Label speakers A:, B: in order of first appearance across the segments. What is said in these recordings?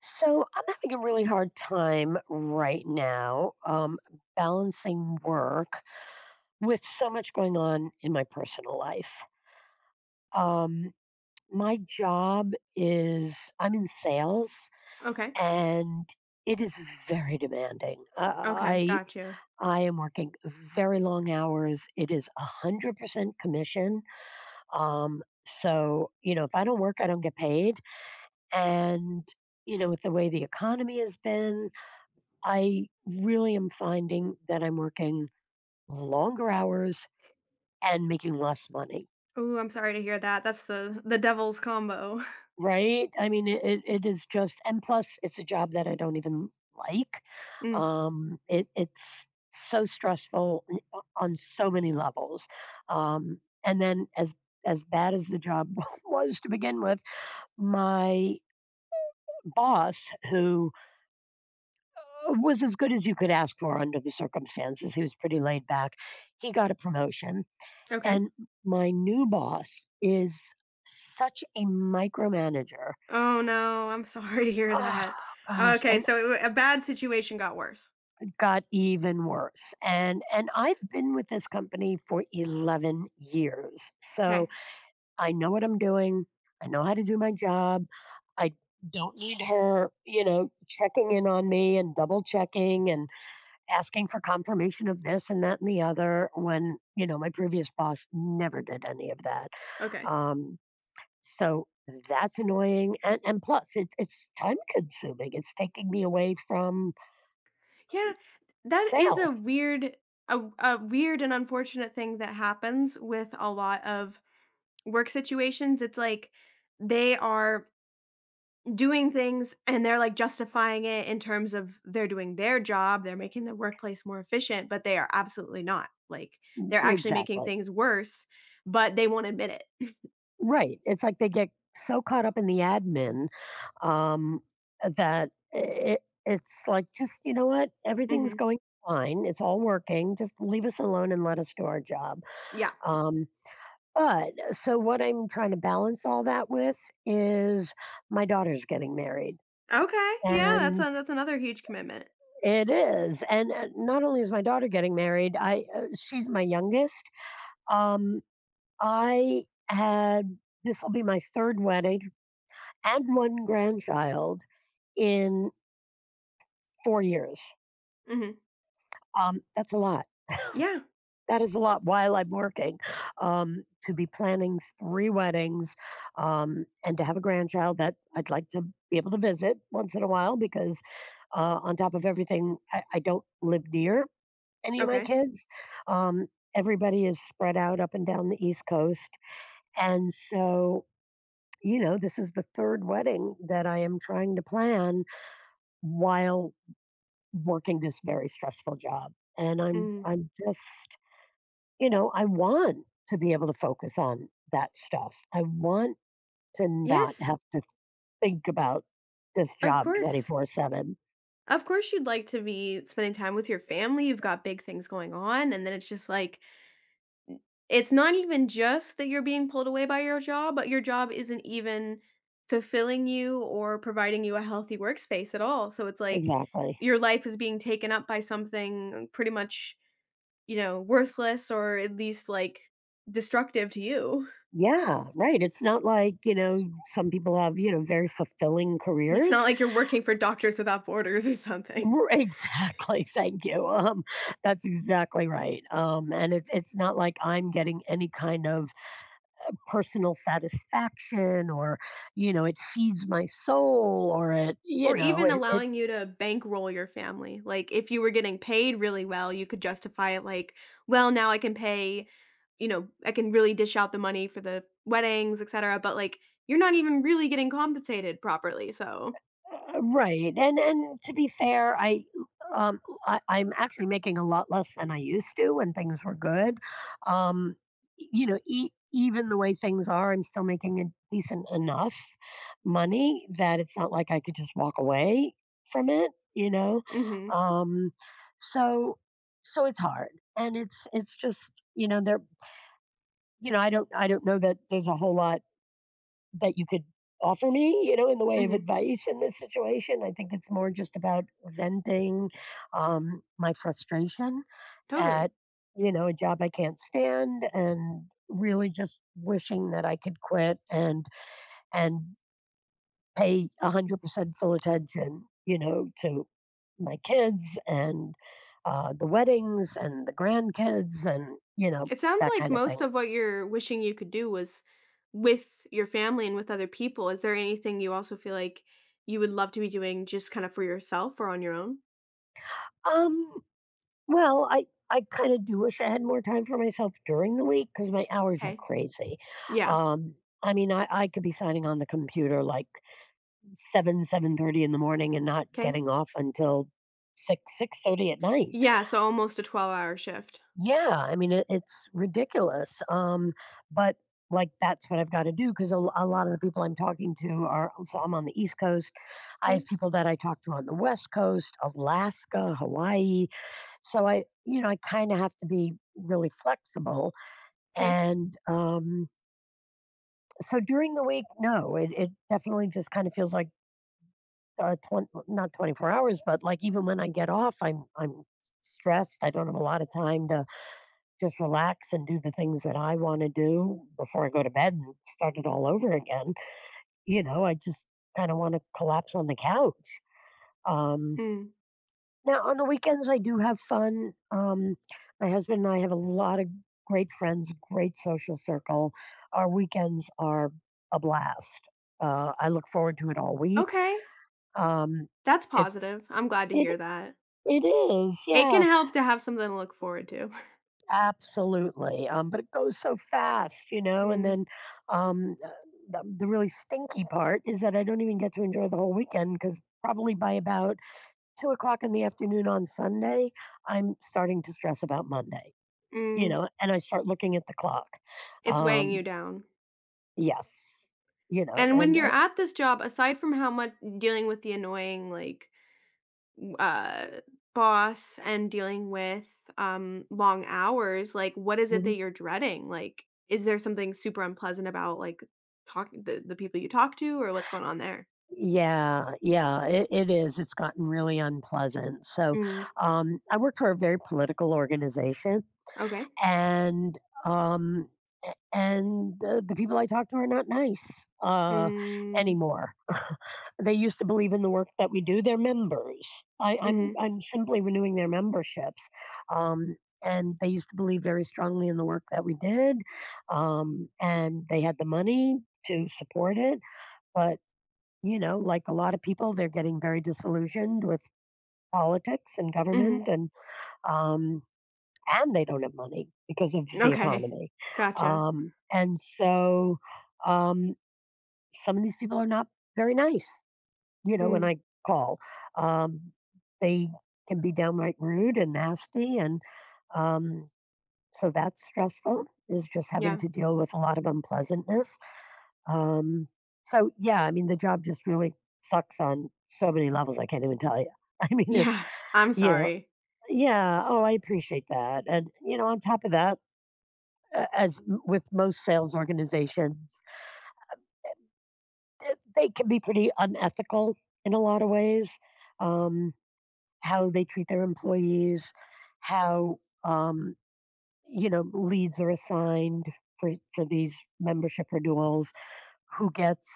A: So I'm having a really hard time right now balancing work with so much going on in my personal life. Um, my job is I'm in sales,
B: Okay.
A: and it is very demanding. Uh,
B: Okay,
A: I
B: got you.
A: I am working very long hours. It is 100% commission. So you know, if I don't work, I don't get paid, and you know, with the way the economy has been, I really am finding that I'm working longer hours and making less money,
B: Ooh, I'm sorry to hear that. That's the devil's combo.
A: right? I mean, it is just, and plus, it's a job that I don't even like.
B: Mm,
A: It's so stressful on so many levels. And then, as bad as the job was to begin with, my boss, who was as good as you could ask for under the circumstances, he was pretty laid back. He got a promotion.
B: okay.
A: And my new boss is such a micromanager.
B: Oh, no, I'm sorry to hear
A: Oh
B: that.
A: gosh,
B: Okay,
A: and
B: so it w a bad situation got worse.
A: it got even worse. And I've been with this company for 11 years. So
B: Okay.
A: I know what I'm doing. I know how to do my job. I don't need her, you know, checking in on me and double checking and asking for confirmation of this and that and the other when, you know, my previous boss never did any of that.
B: Okay.
A: Um, So that's annoying, and plus it's time consuming, it's taking me away from
B: Yeah, that is
A: sales.
B: a a weird and unfortunate thing that happens with a lot of work situations. It's like they are doing things and they're like justifying it in terms of they're doing their job, they're making the workplace more efficient, but they are absolutely not. Like they're actually making
A: Exactly.
B: things worse, but they won't admit it.
A: Right, it's like they get so caught up in the admin, um, that it's like, "Just you know what? Everything's
B: Hmm.
A: going fine, it's all working, just leave us alone and let us do our job."
B: Yeah.
A: Um, but so what I'm trying to balance all that with is my daughter's getting married,
B: Okay. Yeah. That's
A: and
B: a, that's another huge commitment.
A: it is, and, not only is my daughter getting married, I she's my youngest, um, I had this'll be my 3rd wedding and 1 grandchild in 4 years.
B: Hmm.
A: That's a lot.
B: Yeah.
A: That is a lot while I'm working, to be planning 3 weddings, and to have a grandchild that I'd like to be able to visit once in a while because, on top of everything, I don't live near any of my
B: Okay.
A: kids. Um, everybody is spread out up and down the East Coast. And so, you know, this is the third wedding that I am trying to plan while working this very stressful job. And I'm
B: Mm.
A: I'm just, you know, I want to be able to focus on that stuff. I want to not
B: Yes.
A: have to think about this
B: Of
A: job
B: course.
A: 24/7.
B: Of course, you'd like to be spending time with your family. You've got big things going on, and then it's just like it's not even just that you're being pulled away by your job, but your job isn't even fulfilling you or providing you a healthy workspace at all, so it's like
A: Exactly.
B: your life is being taken up by something pretty much worthless or at least, like, destructive to you.
A: Yeah, right. It's not like, you know, some people have, you know, very fulfilling
B: It's not
A: careers.
B: like you're working for Doctors Without Borders or something.
A: R Exactly, thank you, that's exactly right, and it's not like I'm getting any kind of personal satisfaction or, you know, it feeds my soul or it you
B: Or
A: know,
B: even
A: it
B: allowing you to bankroll your family. Like, if you were getting paid really well, you could justify it like, "Well, now I can pay you know, I can really dish out the money for the weddings, etcetera," but, like, you're not even really getting compensated properly, so
A: Right, and to be fair, I um, I'm actually making a lot less than I used to when things were good. Um, you know, even the way things are, I'm still making a decent enough money that it's not like I could just walk away from it, you know.
B: mhm,
A: Um, so so it's hard, and it's just you know there you know I don't know that there's a whole lot that you could offer me, you know, in the way of
B: mhm,
A: advice in this situation. I think it's more just about venting my frustration
B: totally.
A: at, you know, a job I can't stand and really just wishing that I could quit and pay 100% full attention, you know, to my kids and the weddings and the grandkids and, you know,
B: It sounds
A: that
B: like
A: kind of
B: most
A: thing.
B: of what you're wishing you could do was with your family and with other people. Is there anything you also feel like you would love to be doing just kinda for yourself or on your own?
A: Um, Well, I kind of do wish I had more time for myself during the week because my hours are
B: Okay.
A: crazy.
B: Yeah.
A: Um, I mean, I could be signing on the computer like seven seven thirty in the morning and not
B: Okay.
A: getting off until six six thirty at night.
B: Yeah, so almost a 12-hour shift.
A: Yeah, I mean it's ridiculous. But like that's what I've got to do because a lot of the people I'm talking to are so I'm on the East Coast. I have
B: 'Kay,
A: people that I talk to on the West Coast, Alaska, Hawaii so I, you know, I kind of have to be really flexible.
B: 'kay.
A: And so during the week, no, it definitely just kind of feels like 20, not 24 hours, but like even when I get off, I'm stressed. I don't have a lot of time to just relax and do the things that I want to do before I go to bed and start it all over again. You know, I just kind of want to collapse on the couch. Um,
B: Mm,
A: Now, on the weekends, I do have fun. My husband and I have a lot of great friends, great social circle. Our weekends are a blast. I look forward to it all week.
B: okay.
A: Um,
B: That's
A: it's
B: positive, I'm glad to
A: it
B: hear that.
A: it is,
B: It can
A: yeah,
B: help to have something to look forward to.
A: absolutely. But it goes so fast, you know. And
B: Mm,
A: then um, uh, the really stinky part is that I don't even get to enjoy the whole weekend because probably by about 2 o'clock in the afternoon on Sunday, I'm starting to stress about Monday. You
B: mm,
A: know, and I start looking at the clock.
B: it's weighing you
A: Um,
B: down.
A: yes, you know,
B: And when
A: and
B: you're at this job, aside from how much dealing with the annoying, like, w boss and dealing with, long hours, like, what is it
A: mhm.
B: that you're dreading? Like, is there something super unpleasant about, like, talk the people you talk to, or what's going on there?
A: yeah, yeah, it is. It's gotten really unpleasant. So,
B: Mm,
A: I work for a very political organization
B: okay.
A: and um and the people I talk to are not nice uh
B: Mm.
A: anymore. They used to believe in the work that we do. They're members.
B: Mhm,
A: I'm simply renewing their memberships. Um, and they used to believe very strongly in the work that we did. Um, and they had the money to support it. But, you know, like a lot of people, they're getting very disillusioned with politics and government
B: mhm.
A: and um, and they don't have money because of the
B: Okay.
A: economy.
B: Gotcha.
A: And so um, some of these people are not very nice, you know, when
B: Mm,
A: I call. Um, they can be downright rude and nasty. And um, so that's stressful, is just having
B: yeah.
A: to deal with a lot of unpleasantness. Um, so, yeah, I mean, the job just really sucks on so many levels. I can't even tell you. I mean, it's,
B: Yeah, I'm
A: you know,
B: sorry.
A: yeah, oh, I appreciate that. And, you know, on top of that, with most sales organizations, th they can be pretty unethical in a lot of ways, um, how they treat their employees, how, um, you know, leads are assigned for for these membership renewals, who gets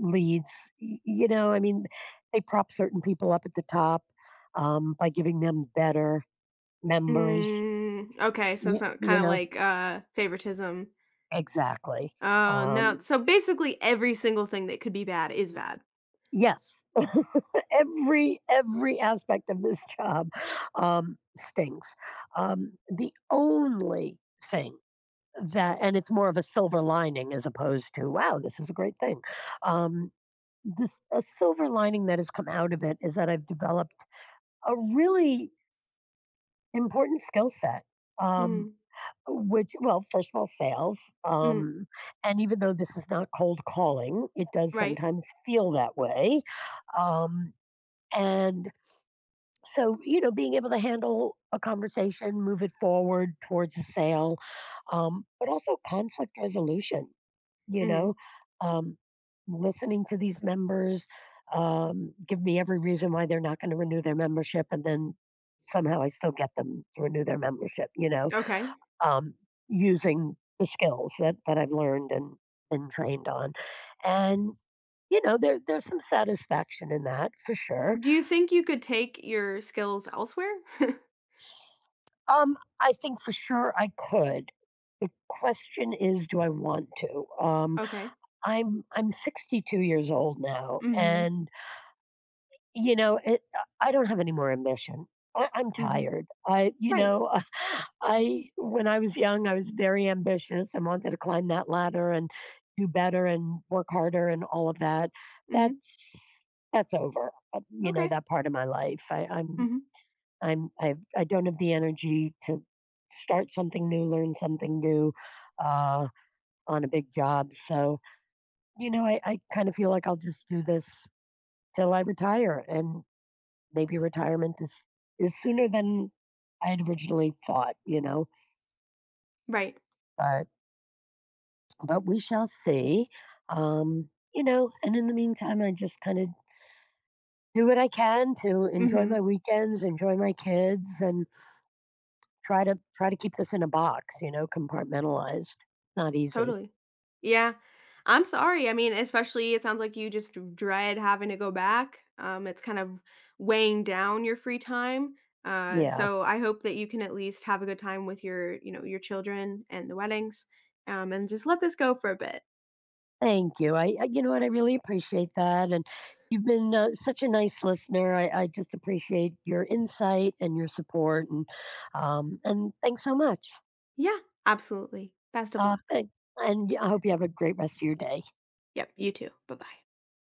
A: leads, y you know, I mean, they prop certain people up at the top, by giving them better members,
B: Mm, okay, so
A: y
B: it's not
A: you
B: kinda
A: know,
B: like, favoritism.
A: exactly,
B: Oh, no,
A: um,
B: so basically every single thing that could be bad is bad.
A: yes. Every aspect of this job stinks. The only thing that, and it's more of a silver lining as opposed to wow, this is a great thing. Um, this a silver lining that has come out of it is that I've developed a really important skill set. Um,
B: Mhm,
A: which well first of all sales
B: mm,
A: um, and even though this is not cold calling it does
B: right.
A: sometimes feel that way um, and so, you know, being able to handle a conversation, move it forward towards a sale, but also conflict resolution, you know,
B: Mhm,
A: um, listening to these members give me every reason why they're not going to renew their membership. And then somehow I still get them to renew their membership, you know,
B: okay.
A: um, using the skills that I've learned and been trained on. And, you know, there's some satisfaction in that for sure.
B: Do you think you could take your skills elsewhere?
A: I think for sure I could. The question is, do I want to?
B: Okay.
A: I'm 62 years old now,
B: Mhm,
A: and you know, it, I don't have any more ambition. I'm
B: mhm.
A: tired. I, you
B: Right.
A: know, I when I was young, I was very ambitious and wanted to climb that ladder and do better and work harder and all of that.
B: Mhm,
A: That's that's over. You know,
B: okay.
A: that part of my life. I, I'm
B: Mhm,
A: I'm I've I don't have the energy to start something new, learn something new, uh, on a big job. So, you know, I kind of feel like I'll just do this till I retire and maybe retirement is sooner than I had originally thought, you know.
B: right.
A: But but we shall see. You know, and in the meantime I just kind of do what I can to enjoy my
B: Mhm.
A: weekends, enjoy my kids and try to keep this in a box, you know, compartmentalized. Not easy.
B: Totally. Yeah. I'm sorry. I mean, especially it sounds like you just dread having to go back. It's kind of weighing down your free time. Uh,
A: Yeah.
B: so I hope that you can at least have a good time with your, children and the weddings, and just let this go for a bit.
A: Thank you. I you know what, I really appreciate that. And you've been such a nice listener. I just appreciate your insight and your support. And thanks so much.
B: Yeah, absolutely. Best of
A: Uh,
B: luck.
A: and and I hope you have a great rest of your day.
B: Yep, you too. Bye bye.